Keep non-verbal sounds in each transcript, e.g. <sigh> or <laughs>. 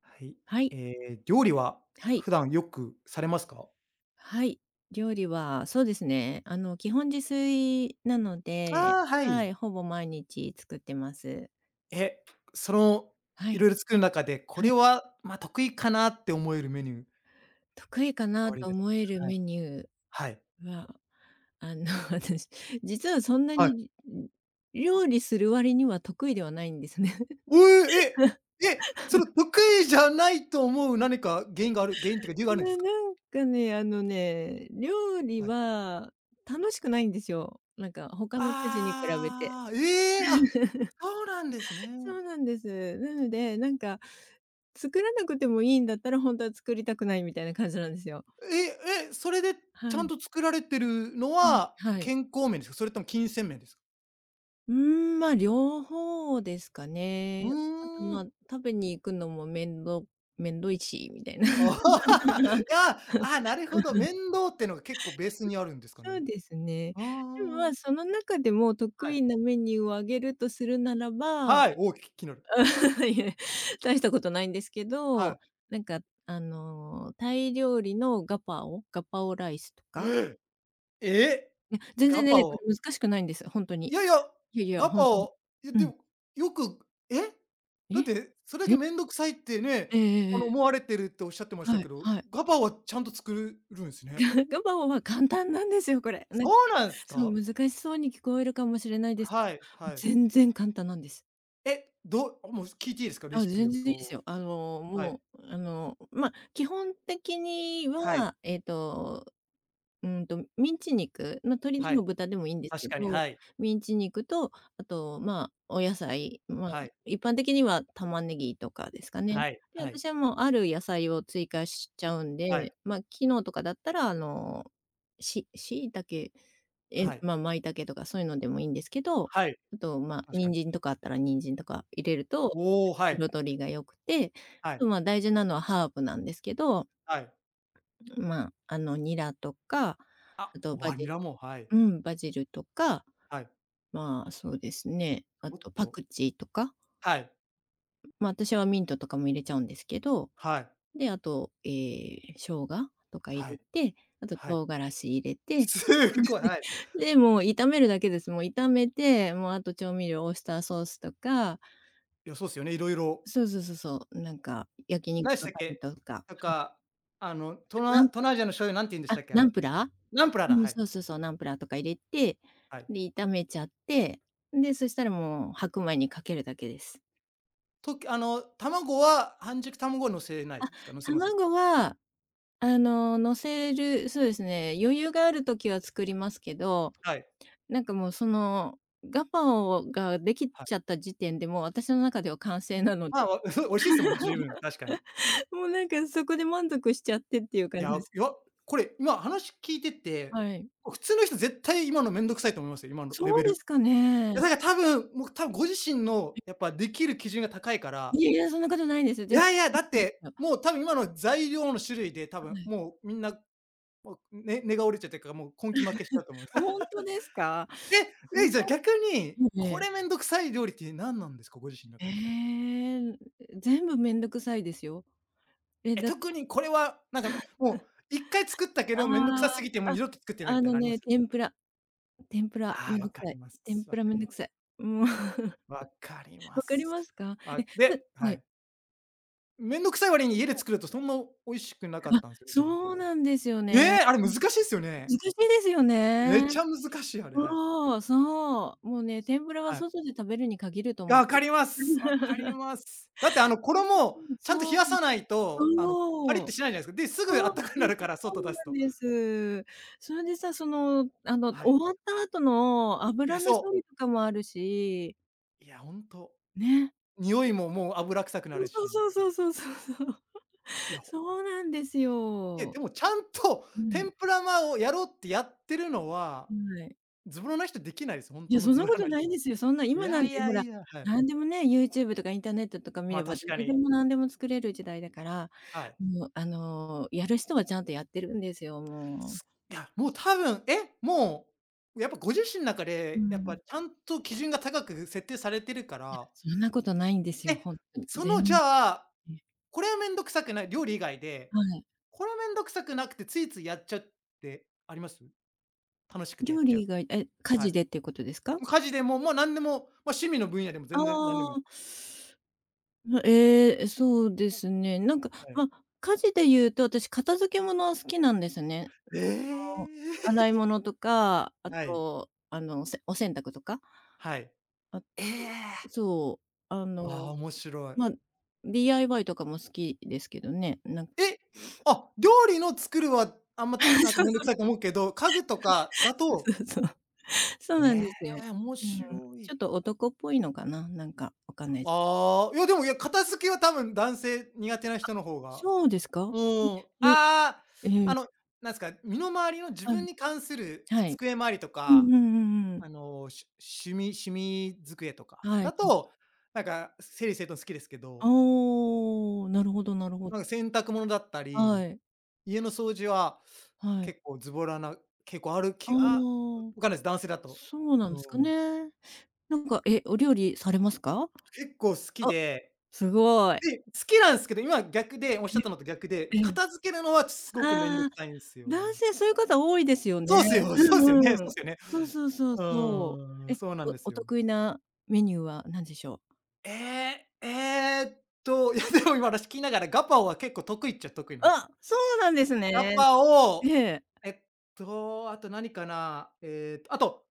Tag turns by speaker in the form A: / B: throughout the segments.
A: はい。
B: はい、
A: え料理は
B: はい、
A: 普段よくされますか？
B: はい。料理はそうですね、あの、基本自炊なので、
A: ああ、は
B: は
A: い。
B: い、ほぼ毎日作ってます。
A: え、その、
B: は
A: い
B: い、
A: ろいろ作る中で、こ
B: は
A: れ
B: い。
A: は、得意かなって思えるメニュー
B: 得意かな
A: おあり
B: と
A: です
B: 思える
A: か？はい。
B: メニュ
A: はい。
B: ーは、あの、<laughs> 私、実はそんな
A: はい。
B: に、料理する割には得意ではないんですね。
A: おえ、
B: <laughs>
A: え、え、その得意じゃないと思う何か原因がある原因っていうか理由があるんで
B: な
A: すか？
B: なんかね、あのね、料理
A: はい。
B: は楽しくないんですよ。なんか他の家事に比べて。
A: ああ、ええ、あ、そうなんです
B: そ
A: ね。
B: うなんです。なので、なんか作らなくてもいいんだったら、本当は作りたくないみたいな感じなんですよ。
A: それで
B: は
A: ちゃん
B: い。
A: と作られてるの
B: うん、
A: は
B: はい。
A: 健康面ですか？それとも金銭面ですか？
B: うーん、まあ、両方ですか
A: う
B: ね。あと、
A: ー
B: まあ、
A: ん。
B: 食べに行くのもめんど倒いしみたいな。
A: ああ、
B: <laughs>
A: <laughs> いやああ、なるほど、面倒ってのが結構ベースにあるんですか
B: そう
A: ね。
B: ですね。
A: あ
B: でも、まあ、
A: あ。
B: その中でも得
A: はい。
B: 意なメニューをあげるとするならば、
A: はい、おお、気になる。
B: <laughs> いえ、大したことないんですけ
A: は
B: ど、
A: い。
B: なんか、タイ料理のガパオライスとか。
A: え！
B: いや、全
A: ガ
B: 然
A: パ
B: ね、こ
A: オ。
B: れ難しくないんです、本当
A: い
B: に。
A: やいや、
B: いやいや、
A: ガ
B: 本
A: パ
B: 当に。
A: オ、いや、
B: う
A: で
B: ん。
A: も、よくえ？だっ
B: え？
A: て、それだ
B: え？
A: け面倒くさいってね、
B: えええええ
A: 思わ
B: え
A: れてるっておっしゃってました
B: はい
A: けど、
B: はい。
A: ガパオはちゃんと作るんすね。
B: <laughs> ガバオは簡単なんですよ、これ。なん
A: そうなんす
B: そう、
A: か？
B: 難しそうに聞こえるかもしれないですけど、
A: はいはい。
B: 全然簡単なんです。
A: え、もう聞いていいですか？レ
B: あ、
A: シピ
B: 全
A: を
B: 然いいで
A: ど
B: す
A: う
B: よ。あの、
A: はい、
B: もう、あの、ま、基本的に
A: はい、
B: は、うんと、ミンチ肉、ま、鶏で
A: はい、
B: も豚でもいいんですけ
A: 確かに、
B: ど、
A: はい、
B: ミンチ肉と、あと、まあ、お野菜、まあ、
A: はい。
B: 一般的には玉ねぎとかですかね。
A: はい、
B: で、
A: はい、
B: 私はもうある野菜を追加しちゃうん
A: はい、
B: で、ま、昨日とかだったら、あの、椎茸、え、
A: はい、
B: ま、舞茸とかそういうのでもいいんですけど、
A: はい、
B: あと、ま、
A: 確か
B: 人
A: に。
B: 参とかあったら人参とか入れると、
A: おお、はい、
B: 彩りが良くて、
A: は
B: あ
A: い、
B: と、ま、大事なのはハーブなんですけど、
A: はい。
B: まあ、あの、ニラとか、あとバジ
A: ニ
B: ル、
A: ラも、はい、
B: うん、バジルとか、
A: はい。
B: まあ、そうですね、あ
A: おっ
B: とパ
A: と、
B: クチーとか、
A: はい、
B: まあ、私はミントとかも入れちゃうんですけど、
A: はい、
B: で、あと、生姜とか入
A: は
B: れ
A: い、
B: て、あと
A: はい。
B: 唐辛子入れ
A: <laughs>
B: て、
A: すごい、はい。
B: で、もう炒めるだけです。もう炒めて、もうあと調味料、オイスターソースとか、
A: いや、そうっすよね、色々。
B: そうそうそうそう、なんか焼肉
A: 何でし
B: の
A: たっ
B: タレ
A: け？
B: とか、
A: なんか、
B: ナンプ
A: 東南アジアの醤油なんて言うんでし
B: あ、
A: たっけ、あ
B: ナン
A: れ。
B: プラー？
A: ナンプラーだ、
B: うん、
A: はい、
B: そうそうそう、ナンプラーとか入れて、
A: はい。
B: で、炒めちゃって、で、そしたらもう白米にかけるだけです。
A: あの、卵は乗せないですか？乗せます？
B: 卵は、あの、乗せるそうですね、余裕がある時は作りますけど、
A: はい、
B: なんかもうその、ガパオができ
A: はい。
B: ちゃった時点で、もう私の中では完成なの
A: まあ、
B: で、
A: <laughs> 美味しいですもんね、十分、確かに。
B: <laughs> もうなんかそこで満足しちゃってっていう
A: い
B: 感じ
A: や、
B: です。
A: いや、これ、今話聞いてて、
B: はい。
A: 普通の人絶対今のめんどくさいと思いますよ、今のレ
B: そう
A: ベル。
B: で
A: い
B: すか
A: や、
B: ね。
A: だから多分、もう多分ご自身のやっぱできる基準が高いから、
B: いやいや、そんなことないです。
A: い
B: 全
A: やいや、だっ
B: 然。
A: て、もう多分今の材料の種類で多
B: は
A: 分
B: い。
A: もうみんな、もう、根が折れちゃってるから、もう根気負けしちゃうと思う。
B: 本
A: <laughs>
B: 当ですか？そう。
A: じゃあ逆に、
B: え
A: これ
B: え。
A: めんどくさい料理って何なんですか？ご自身の
B: え
A: 中で。
B: え、全部めんどくさいですよ。え、
A: え、
B: だ
A: 特にこれはなんかもう一回作ったけ
B: あ
A: ど、めんどくさすぎてもう
B: あ、あ、
A: 二度と作ってないみ
B: あ
A: たい
B: の
A: なのありま
B: ね、
A: す？
B: 天ぷら、天ぷら
A: ああ
B: め
A: ー、
B: ん
A: わ
B: どく
A: か
B: さ
A: り
B: い。
A: ま
B: 天
A: す。
B: ぷ
A: わか
B: らめん
A: り
B: ど
A: ま
B: くさ
A: す。
B: い。もう、<laughs>
A: わかりま
B: わかりま
A: す。
B: すか？え、ふは
A: は
B: い。
A: い。めんどくさい割に家で作るとそんな美味しくなかったんすよね、自分。
B: そうなんですよ
A: ええ、
B: ね。
A: あれ難しいっすよね。
B: 難しいですよ
A: め
B: ね。
A: ちゃ難しい、あれ、はい。
B: そう、そう。もうね、天ぷらは
A: はい。
B: 外で食べるに限ると
A: いや、
B: 思っ
A: わか
B: て。
A: ります。わかり
B: <laughs>
A: ます。だってあの衣をちゃんと冷
B: そう、
A: やさないと、パリっ
B: そ
A: て
B: う。
A: しないじゃないすか。で、すぐ
B: そ
A: あったか
B: う
A: くなるから、外出す
B: なん
A: と。
B: です。そうなんです。それでさ、その、あの、
A: はい。
B: 終わった後の
A: い
B: 油
A: や、
B: の処
A: そう。
B: 理とかもあるし、
A: いや、ほんと。
B: ね。
A: 匂いももう油臭くなる
B: そう
A: し。
B: そうそうそうそうそうそう。
A: いや、
B: <laughs>
A: ほ
B: そうなんです
A: いや、
B: よ。
A: でもちゃんと
B: は
A: 天
B: い。
A: ぷらをやろうってやってるのは、
B: はい。
A: ズボラな人できないです、ほん
B: い
A: と
B: や、
A: の
B: そん
A: ズ
B: な
A: ボ
B: こ
A: ラ
B: と
A: な
B: な
A: 人
B: い
A: は。
B: ですよ。そんな
A: い
B: 今な
A: や
B: ん
A: い
B: てほ
A: や
B: ら、
A: いや、はい。
B: なんでもね、YouTube とかインターネットとか見れ
A: ま、
B: ば、
A: 確か
B: 誰で
A: に、
B: も何でも作れる時代だから、
A: はい。
B: もう、あの、やる人はちゃんとやってるんですよ、も
A: す
B: う。
A: いや、もう多分、え、もう、やっぱご自身の中
B: う
A: で、やっ
B: ん。
A: ぱちゃんと基準が高く設定されてるから、
B: そんなことないんですよ、
A: え、
B: ほんとに。
A: その、じ
B: 全
A: ゃあ、
B: 然。
A: これはめんどくさくない、料理以外で、
B: はい。
A: これはめんどくさくなくてついついやっちゃうってあります？楽しくてやっ
B: 料
A: ちゃ
B: 理
A: う。
B: 以外、え、家
A: は
B: 事
A: い。
B: でっていうことですか？
A: 家事でも、もう何でも、まあ、趣味の分野でも
B: あ
A: 全然何でもいい。
B: あ。ま、ええ、そうですね。なんか、
A: はい。
B: ま、家事で言うと、私片付け物は好きなんですね。
A: え
B: あの、洗い
A: え <laughs>。
B: 物とか、あ
A: はい、
B: と、あの、お洗濯とか、
A: はい。
B: あと、
A: ええ。
B: そう、あ
A: あ
B: の、
A: あー、面白い。
B: ま、DIY とかも好きですけどね、
A: え、あ、料理の作るはあんま、
B: <laughs>
A: なんか
B: そ
A: めんどくさいと思うけど、家具とかだ
B: うそ
A: と
B: うそうそう。そうなん
A: え
B: ですよ。
A: え、面
B: うん。
A: 白
B: ちょ
A: い。
B: っと男っぽいのかな、なんかわかんないす。
A: ああ、いやでも、いや、片付けは多分男性苦手な人の方が
B: そうですか？
A: うん。あ
B: え、
A: あ、
B: ええ、え
A: あの、
B: え、
A: なんすか、身の回りの自
B: はい。
A: 分に関する
B: はい。
A: 机周りと
B: う
A: か、
B: んうんうんうん。
A: あの、し趣味机とか
B: はい、
A: だと、なんか整理整頓好きですけ
B: あ
A: ど、
B: あ、なるほどなるほど。
A: なんか洗濯物だった
B: は
A: り
B: い、
A: 家の掃除は
B: はい。
A: 結構ズボラなある
B: あ
A: きあ、
B: あ、
A: わかんないです、男性だと。
B: そうなん
A: う
B: ですか
A: ん。
B: ね。なんか、え、お料理されますか？
A: 結構好き
B: あ、
A: で、
B: すごい。
A: で、好きなんすけど、今逆で、おっし
B: え
A: ゃったのと逆で、
B: え、ええ。
A: 片付けるのはすごくめんど
B: ああ、
A: くさいんすよ。
B: 男性そういう方多いですよね。
A: そうっすよ、<laughs> そうっすよ
B: う
A: ね
B: ん
A: そ
B: う
A: うっ
B: ん。
A: すよね。
B: そうそうそう
A: う
B: そ
A: ー
B: う。
A: ん、
B: え、
A: そうなんですよ。
B: 得意なメニューは何でしょう？
A: ええ、ええっいや、でも今話聞きながらガパオは結構得意っちゃ得意なんすよ。
B: あ、そうなんです
A: ガ
B: ね。
A: パ
B: え
A: オ、
B: え。
A: えっあと何かな、あと、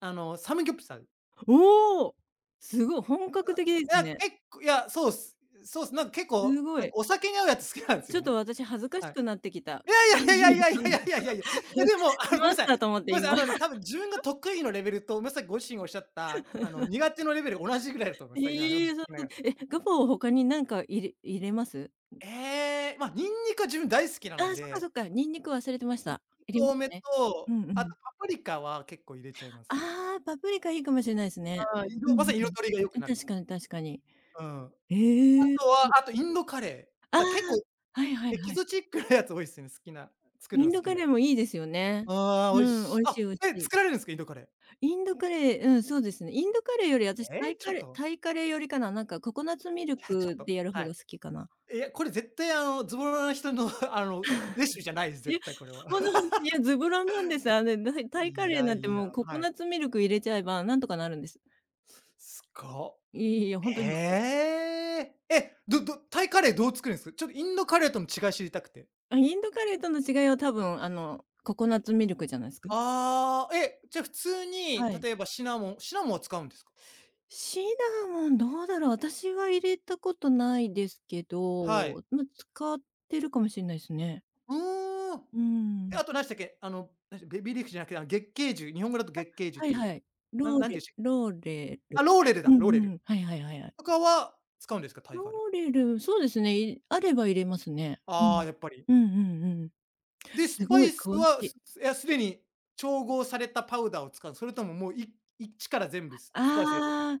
A: あの、サムギョプサル。
B: おお、すごい本格的ですね。
A: いや、そうっす。そうっす。なんか結
B: す
A: 構、
B: ご
A: なん
B: い。
A: かお酒に合うやつ好きなんです
B: ち
A: よ
B: ょっ
A: ね。
B: と私恥ずかし
A: はい。
B: くなってきた。<laughs>
A: いやい
B: 始
A: や
B: め
A: いやい
B: た
A: やいやい
B: の
A: や
B: か。
A: いやいやいや。や
B: <laughs>
A: でも、あ
B: し
A: の、ごめん
B: まっ
A: なさい。
B: たと思って
A: ごめんな
B: 今。
A: さい、あのね、多
B: <laughs>
A: 分自分が得意のレベルと、まさにご自身がおっしゃった、あの、苦手のレベル同じぐらいだと思います。今話聞
B: ええ、そう
A: きな
B: そう。
A: がら。
B: え、ガパオ他になんか入れます？
A: えま、ニンニクは自分大好きな
B: ああ、そ
A: の
B: っかそ
A: で、
B: っか、ニンニク忘れてました。入れます
A: 多め
B: ね。う
A: と、
B: んう
A: あ
B: ん。
A: とパプリカは結構入れちゃいます。
B: ああ、パプリカいいかもしれないですね。
A: ああ、
B: うんう
A: まさに
B: ん。
A: 彩りが良く
B: あ、
A: なる。
B: 確かに確かに。
A: うん。あ
B: ええ。
A: とは、あとインドカレ
B: あ
A: ー。
B: あ、
A: 結構
B: はいはい
A: エ
B: は
A: キ
B: い。
A: ゾチックなやつ多いっすね、好きな作る
B: イ
A: の
B: ン
A: 好
B: ド
A: き
B: カ
A: な。
B: レーもいいですよね。
A: ああ、
B: う
A: 美味
B: ん、美
A: しい。
B: 味しい美味し
A: え、
B: い。
A: 作られるんですか？インドカレー。
B: インドカレー、うん、そうですね。インドカレーより私
A: え
B: タイ
A: え、ち
B: カ
A: ょ
B: レ
A: っ
B: ー
A: と、
B: タイカレーよりかな、なんかココナッツ
A: <laughs> い
B: ミル
A: や、ちょっ
B: クで
A: と、
B: やる方
A: はい。
B: が好きかな。
A: いや、これ絶対あの、ズボラな人の <laughs> あの、レシピじゃないです、
B: いや、
A: 絶対これは。
B: ほんか
A: <laughs>
B: いや、ズブロなんです。あの、タイカ
A: い
B: レー
A: や
B: なんて
A: いや、
B: もうココ
A: はい。
B: ナッツミルク入れちゃえばなんとかなるんです。
A: すご。
B: いやいやいや、ほんとに。
A: ええ。え、どどタイカレーどう作るんですか？ちょっとインドカレーとの違い知りたくて。
B: あ、インドカレーとの違いは多分、あの、ココナッツミルクじゃないすか？
A: ああ、え、じゃあ普通に、
B: はい。
A: 例えばシナモンは使うんですか？
B: シナモンどうだろう、私は入れたことないですけど、
A: はい。
B: ま、使ってるかもしんないすね。
A: うーん。
B: うー
A: え、
B: ん。
A: あと何でしたっけ？あの、なんでした、ベビーリーフじゃなくて、あの、月桂樹、日本語だと月桂樹っ
B: はい
A: ていう、
B: はい。
A: なんなんていう
B: ローレル。
A: あ、ローレル
B: う
A: だ、ロー
B: ん
A: レ
B: う
A: ル。
B: ん。はいはいはいはい。
A: とかは使うんですか？タイ
B: ロ
A: カレー。
B: ーレル、そうですね、い、あれば入れますね。う
A: あ
B: ん。
A: あ、やっぱり。
B: うんうんうん。
A: で、ス
B: す
A: パ
B: ごい
A: イス
B: 詳し
A: は、
B: い。
A: いや、すでに調合されたパウダーを使う、それとももう、一から全部スパイス入れて
B: ああ、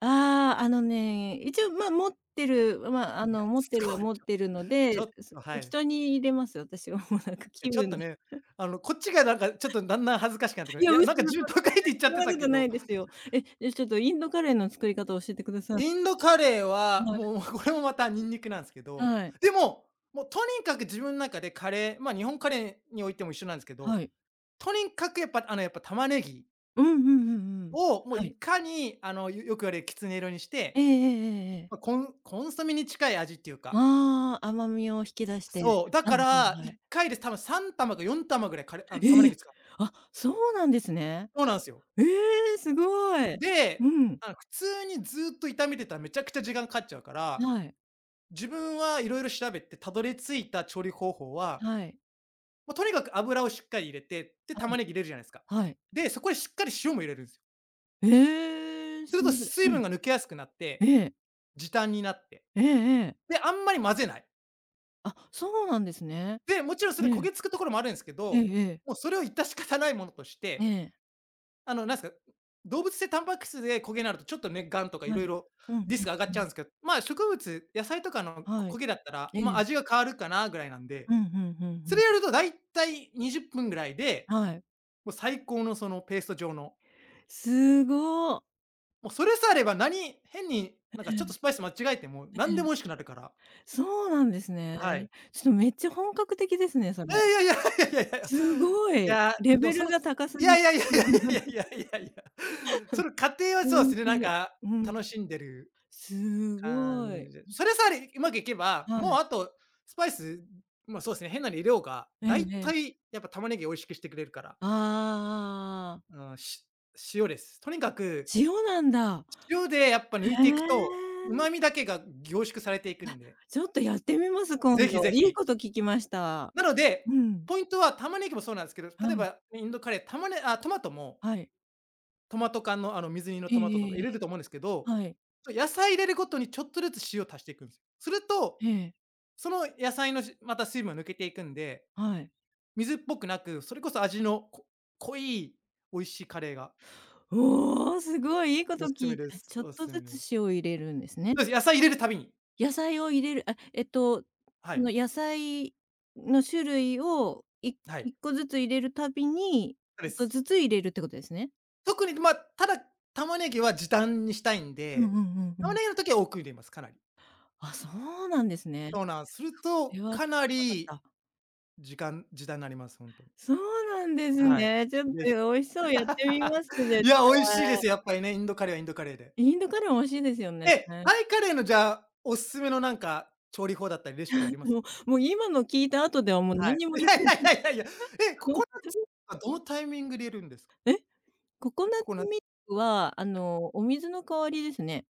B: ああ、あのね、一応、ま、持ってる、ま、あ
A: いや、
B: の、持っ
A: す
B: てるは
A: ごい、
B: 持ってるの
A: <laughs> ち
B: で、
A: ょっと、はい。
B: 適
A: い
B: 当に入れます、私は。 <laughs> もうなんか
A: や
B: 気
A: ちょっ
B: 分
A: と
B: で。
A: ね、あの、こっちがなんかちょっとだんだん恥ずかしくなって
B: <laughs>
A: く
B: い
A: る。
B: や、
A: い
B: 嘘
A: や、な
B: 嘘、
A: ん
B: <laughs>
A: か
B: 絶
A: 自分都会って
B: 対
A: 言っち
B: そ
A: ゃっ
B: ん
A: て
B: な
A: た
B: こ
A: け
B: とな
A: ど、
B: いですよ。え、じゃ、ちょっとインドカレーの作り方教えてください。
A: インドカレーは、
B: はい、
A: もう、これもまたニンニクなんですけど、
B: はい、
A: でも、もうとにかく自分の中でカレー、まあ、日本カレーにおいても一緒なんですけど、
B: はい。
A: とにかくやっぱ、あの、やっぱ玉ねぎ
B: うんうんうんうん。
A: を、もう
B: は
A: い
B: い。
A: かに、あの、よく言われるきつね色にし
B: ええ
A: て、
B: ええええええ。
A: ま、コンソメに近い味っていうか、
B: ああ、甘みを引き出して。
A: そう、だ
B: はい
A: か
B: はい
A: ら、
B: は
A: 1
B: い。
A: 回で多分3玉か4玉ぐらいあの、玉
B: え
A: ね
B: え、
A: ぎ使う。
B: あ、そうなんですね。
A: そうなんすよ。
B: ええ、すごい。う
A: で、
B: ん、
A: あの、普通にずっと炒めてたらめちゃくちゃ時間かかっちゃうから、
B: はい。
A: 自分は色々調べてたどり着いた調理方法は、
B: はい。
A: もうとにかく油をしっかり入れて、で、
B: は
A: 玉
B: い。
A: ねぎ入れるじゃないすか。
B: はい。
A: で、そこでしっかり塩も入れるんすよ。
B: ええ、
A: す
B: そ
A: ると
B: のぐ、
A: 水
B: はい。
A: 分が抜けやすくなって、
B: ええ。
A: 時短になって、
B: ええええ。
A: で、あんまり混ぜない。
B: あ、そうなんですね。
A: で、もちろんそ
B: え
A: れで焦
B: え。
A: げつくところもあるんですけ
B: ええ
A: ど、
B: ええ。
A: もうそれを致し方ないものとし
B: え
A: て、
B: え。
A: あの、なんすか、動物性タンパク質で焦げになるとちょっとね、癌とか
B: は
A: 色
B: い。
A: 々
B: うん
A: リ
B: う
A: ス
B: ん
A: ク上がっ
B: う
A: ちゃ
B: ん。
A: うんすけど、まあ、植物、野菜とかの
B: はい。
A: 焦げだったら、
B: え
A: ま、
B: え。
A: 味が変わるかなぐらいなんで、
B: うんふんふんふ
A: そ
B: ん。
A: れやるとだいたい20分ぐらいで、
B: はい。
A: もう最高のそのペースト状の、
B: すご。
A: もうそれさえあれば変にちょっとスパイス間違えても
B: え
A: 何でも美味
B: え。
A: しくなるから、
B: そうなんですね。
A: はい。
B: ちょっとめっちゃ本格的ですね、そ
A: い
B: れ。
A: やいやいやいやいやいや。
B: すご
A: い
B: い。
A: や、
B: レ
A: で
B: ベ
A: もそ
B: ル
A: の
B: が高す
A: い
B: ぎる。
A: やいやいやいやいやい
B: <laughs>
A: やいやいや。その過程は
B: ほ
A: そうで
B: ん
A: すね、
B: と
A: なん
B: に。
A: か
B: うん。
A: 楽しんでる
B: すご
A: 感
B: い。
A: じで。それさえうまくいけば、
B: は
A: もう
B: い。
A: あとスパイス、ま、そうですね、変なの入れようが、
B: ええ
A: 大
B: ええ。
A: 体やっぱ玉ねぎ美味しくしてくれるから。
B: ああああああ。
A: うん、塩です。とにかく
B: 塩なんだ。
A: 塩でやっぱ
B: へ
A: 抜いていくと、
B: え。
A: 旨味だけが凝縮されていくんで、
B: ちょっとやってみます、今
A: ぜひ
B: 度。
A: ぜ
B: いい
A: ひ。
B: こと聞きました。
A: なので、
B: うん。
A: ポイントは玉ねぎもそうなんですけど、
B: は
A: 例え
B: い、
A: ばインドカレー、玉ねあ、トマトも
B: はい。
A: トマト缶のあの水煮の
B: ええ
A: トマト
B: え
A: と
B: え
A: か
B: え
A: 入
B: え。
A: れると思うんですけど、
B: はい。
A: 野菜入れるごとにちょっとずつ塩足していくんですよ。すると、
B: ええ、
A: その野菜のまた水分が抜けていくんで、
B: はい。
A: 水っぽくなく、それこそ味のこ濃い美味しいカレーが
B: おお、すごいいいこと
A: おす
B: 聞
A: すめ
B: いた。
A: で
B: え、
A: す。
B: ちょっ
A: おす
B: と
A: す
B: ず
A: めで
B: つ
A: す。
B: 塩を入れるんですね。
A: そうです、野菜入れるたびに。
B: 野菜を入れる、あ、えっと、
A: は
B: その
A: い。
B: 野菜の種類を
A: はい。
B: 1個ずつ入れるたびに、
A: そ
B: ち
A: う
B: ょ
A: で
B: っと
A: す。
B: ずつ入れるってことですね？
A: 特に、まあ、ただ玉ねぎは時短にしたいん
B: うんうん
A: で、
B: うんう
A: 玉
B: ん。
A: ねぎの時は多く入れます、かなり。
B: あ、そうなんですね。
A: そうなんす。る
B: それ
A: と、
B: は知
A: かな
B: らな
A: り
B: かった。
A: 時短になります、ほんとに。
B: そうなんです
A: はい。
B: ね。ちょっと
A: 是非。
B: 美味しそう、やってみます、絶対。
A: いや、美味しいですよ、やっぱりね、インドカレーはインドカレーで。
B: インドカレー美味しいですよね。
A: え、
B: <laughs>
A: タイカレーのじゃあ、おすすめのなんか、調理法だったりレシピあります？
B: もうもう今の聞いた後ではもう
A: は
B: 何
A: い。
B: にも
A: <laughs> い
B: 言
A: や
B: えない。
A: いやいやいやいや。え、ココナッ
B: <laughs>
A: ツはどのタイミングで入れるんですか？
B: ココナッ
A: ココ
B: ツ
A: ナ
B: ミルクは、あの、お水の代わりですね。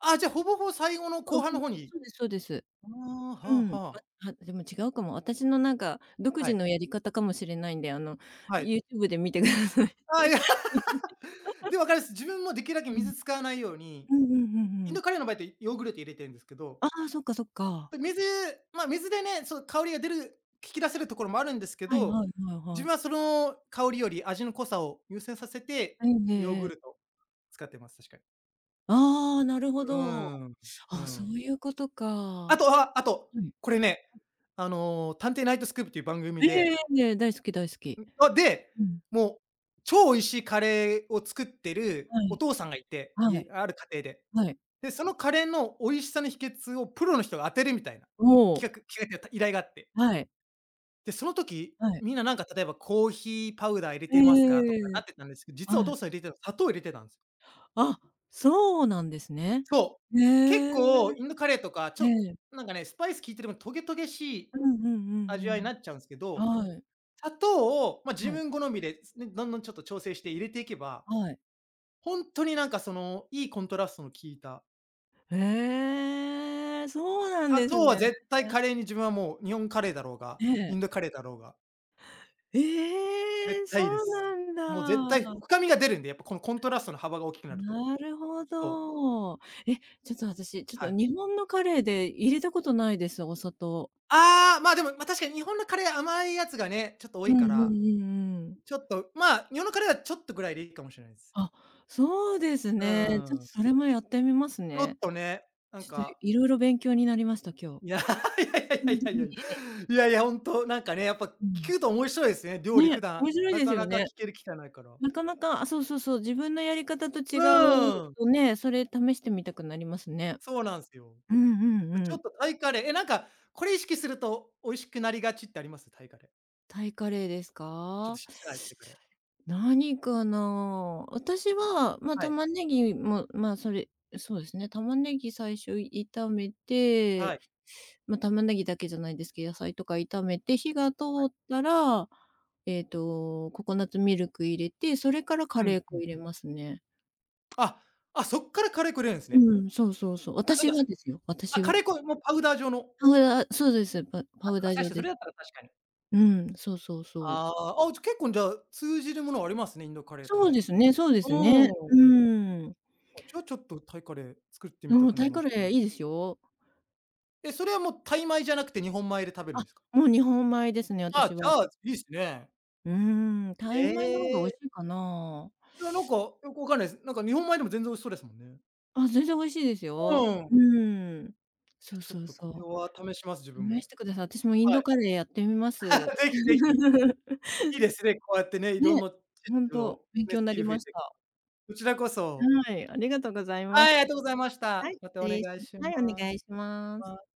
A: あ、じゃあ、ほぼほぼ最後の
B: ほ
A: 後
B: ぼ
A: 半
B: ほ
A: の
B: ぼ、
A: 方に。
B: そうですそうです。
A: ああ、
B: う
A: はあ
B: ん。
A: はあ。
B: あ、あ、でも違うかも。私のなんか独
A: は
B: 自
A: い。
B: のやり方かもしれないんで、あの、
A: はい。
B: YouTube で見てください。
A: あ、いや、で、分かります。自分もできるだけ
B: うん。
A: 水使わないように、
B: うんうんうんう
A: イン
B: ん。
A: ドカレーの場合ってヨーグルト入れてるんですけど
B: ああ、そっかそっか。
A: で、水まあ、水でね、そう香りが出る引き出せるところもあるんですけ
B: はい
A: ど、
B: はいはい
A: 自
B: はい。
A: 分はその香りより味の濃さを優先させて、
B: ええ
A: ヨーグ
B: え
A: ル
B: え。
A: トを使ってます、確かに。
B: ああ、なるほ
A: う
B: ど。
A: ーん、う
B: あ、そ
A: ん。
B: ういうこと
A: あ
B: か。
A: とはあと、
B: はい。
A: これね、あの、探偵ナイトスクープっていう番
B: え
A: 組
B: ええ
A: で
B: えええ、大好き大好き。
A: で、
B: うん。
A: もう超美味しいカレーを作ってる
B: は
A: お
B: い、
A: 父さんがいて、
B: はい、
A: ある家庭で。
B: はい。
A: で、そのカレーの美味しさの秘訣をプロの人が当てるみたいな
B: もう、
A: 企画っていうか、依頼があって。
B: はい、
A: で、その時、
B: はい。
A: みんななんか例えば「コーヒーパウダー入れ
B: ええええ
A: てますか？」と
B: え
A: か
B: えええ。
A: なってたんですけど、実はお
B: はい。
A: 父さん入れてた砂糖入れてたんですよ。
B: あ、そうなんですね。
A: そう。
B: へ
A: 結構
B: え。
A: インドカレーとか、ち
B: え
A: ょっと
B: え。
A: なんかね、スパイス効いてるもトゲトゲしい
B: うんうんう
A: 味
B: ん
A: わ
B: う
A: いに
B: ん。
A: なっちゃうんですけど、
B: はい、
A: 砂糖を、まあ、自
B: はい、
A: 分好みで、ね、どんどんちょっと調整して入れていけば、
B: はい。
A: 本当になんかその、いいコントラストの効いた、
B: へえ、そうなん
A: 砂
B: です
A: 糖は
B: ね。
A: 絶対カレーに自分はもう日本カレーだろうが、
B: え
A: イ
B: え。
A: ンドカレーだろうが、
B: え
A: 絶
B: え、そ
A: 対いいで
B: う
A: す。
B: なん
A: もう絶対
B: だ。
A: 深みが出るんで、やっぱこのコントラストの幅が大きくなると。
B: なるほ
A: そう、
B: ど。え、ちょっと私、ちょっと
A: はい。
B: 日本のカレーで入れたことないです、お砂糖。
A: ああ、まあ、でも、ま、確かに日本のカレー甘いやつがね、ちょっと多
B: う
A: い
B: ん
A: か
B: うんう
A: ら、
B: んうん。
A: ちょっと、まあ、日本のカレーはちょっとぐらいでいいかもしれないです。
B: あ、そうです
A: う
B: ね。ちょっ
A: ー
B: と
A: ん。
B: それもやってみます
A: ちょっ
B: ね。
A: とね、なん
B: ちょっと
A: か、
B: 色々勉強になりました、今
A: いや、
B: 日。
A: <laughs> い
B: ほ
A: や
B: ん
A: い
B: と
A: やいやいやいや
B: に、
A: いや。いやいや、ほんと、なんかね、やっぱ
B: うん。
A: 聞くと面白いですね、料理
B: ね、
A: 普
B: 面
A: 段、
B: 白い
A: な
B: です
A: か
B: よ
A: なか
B: ね。
A: 聞ける機会ないから。
B: なかなか、あ、そうそうそう、自分のやり方と違
A: う
B: う
A: ーん、
B: とね、それ試してみたくなりますね。
A: そうなんすよ。
B: うんうんう
A: ちょ
B: ん。
A: っとタイカレー、え、なんか、これ意識すると美味しくなりがちってあります？タイカレー。
B: タイカレーです
A: ちょっと
B: か？
A: 知りたい、タイカレー。
B: 何かな？私は、まあ、
A: はい、
B: 玉ねぎも、まあ、そうですね、玉ねぎ最初炒めて、
A: はい。
B: まあ、玉ねぎだけじゃないですけど、野菜とか炒めて、火が通ったら、えっと、ココナッツミルク入れて、それからカ
A: うん
B: レー
A: う
B: 粉
A: ん。
B: 入れますね。
A: あ、あ、そっからカレーくれるんすね。
B: うん、そうそうそう。
A: あ、そう
B: 私
A: か
B: はですよ、私
A: カ
B: は。
A: レー粉、もうパウダー状の。
B: パウダー、そうです、パ
A: あ、そ
B: ウ
A: っ
B: ダ
A: か、
B: ー状
A: 確か
B: で
A: そ
B: す。
A: れだったら確かに。
B: うん、そうそうそ
A: あ
B: う。
A: あ、あ、じゃ、結構じゃあ、通じるものありますね、インドカレーと
B: そう
A: ね。
B: ですねそうで
A: う
B: すね。
A: ー
B: う
A: ん。
B: ん。
A: じゃあ、ちょっとタイカレー作ってみた
B: うん、
A: く
B: タ
A: なり
B: イカ
A: まし
B: レ
A: た。
B: ーいいですよ。
A: え、それはもうタイ米じゃなくて日本米で食べるん
B: あ、
A: ですか？
B: もう日本米ですね、
A: あ、じ
B: 私は。
A: ゃあ、いいっすね。
B: うーん、タ
A: え
B: イ米の方が美味
A: え。
B: しいかな。
A: いや、なんか、よくわかんないです。なんか日本米でも全然美味しそうですもんね。
B: あ、全然美味しいですよ。
A: うん。
B: う
A: い
B: ーん。そ
A: や、
B: う
A: ちょ
B: そ
A: っ
B: う
A: と
B: そ
A: これ
B: う。
A: は試します、自分
B: 試し
A: も。
B: てください。私もイン
A: は
B: ド
A: い。
B: カレーやってみます。
A: <laughs> ぜひぜひ。い
B: <laughs>
A: いですね、こうやってね、いろん
B: ね、
A: な知
B: ほん
A: 識
B: と、
A: を
B: 勉
A: ね、
B: 強
A: ス
B: にな
A: キ
B: り
A: ル増え
B: まし
A: て。
B: た。
A: こちらこそ。
B: はい、ありがとうございま
A: は
B: し
A: い、ありがとうございまし
B: た。は
A: た。
B: い、失
A: またお願
B: 礼し
A: いし
B: はい、お
A: ま
B: 願
A: す。
B: いします。
A: はい。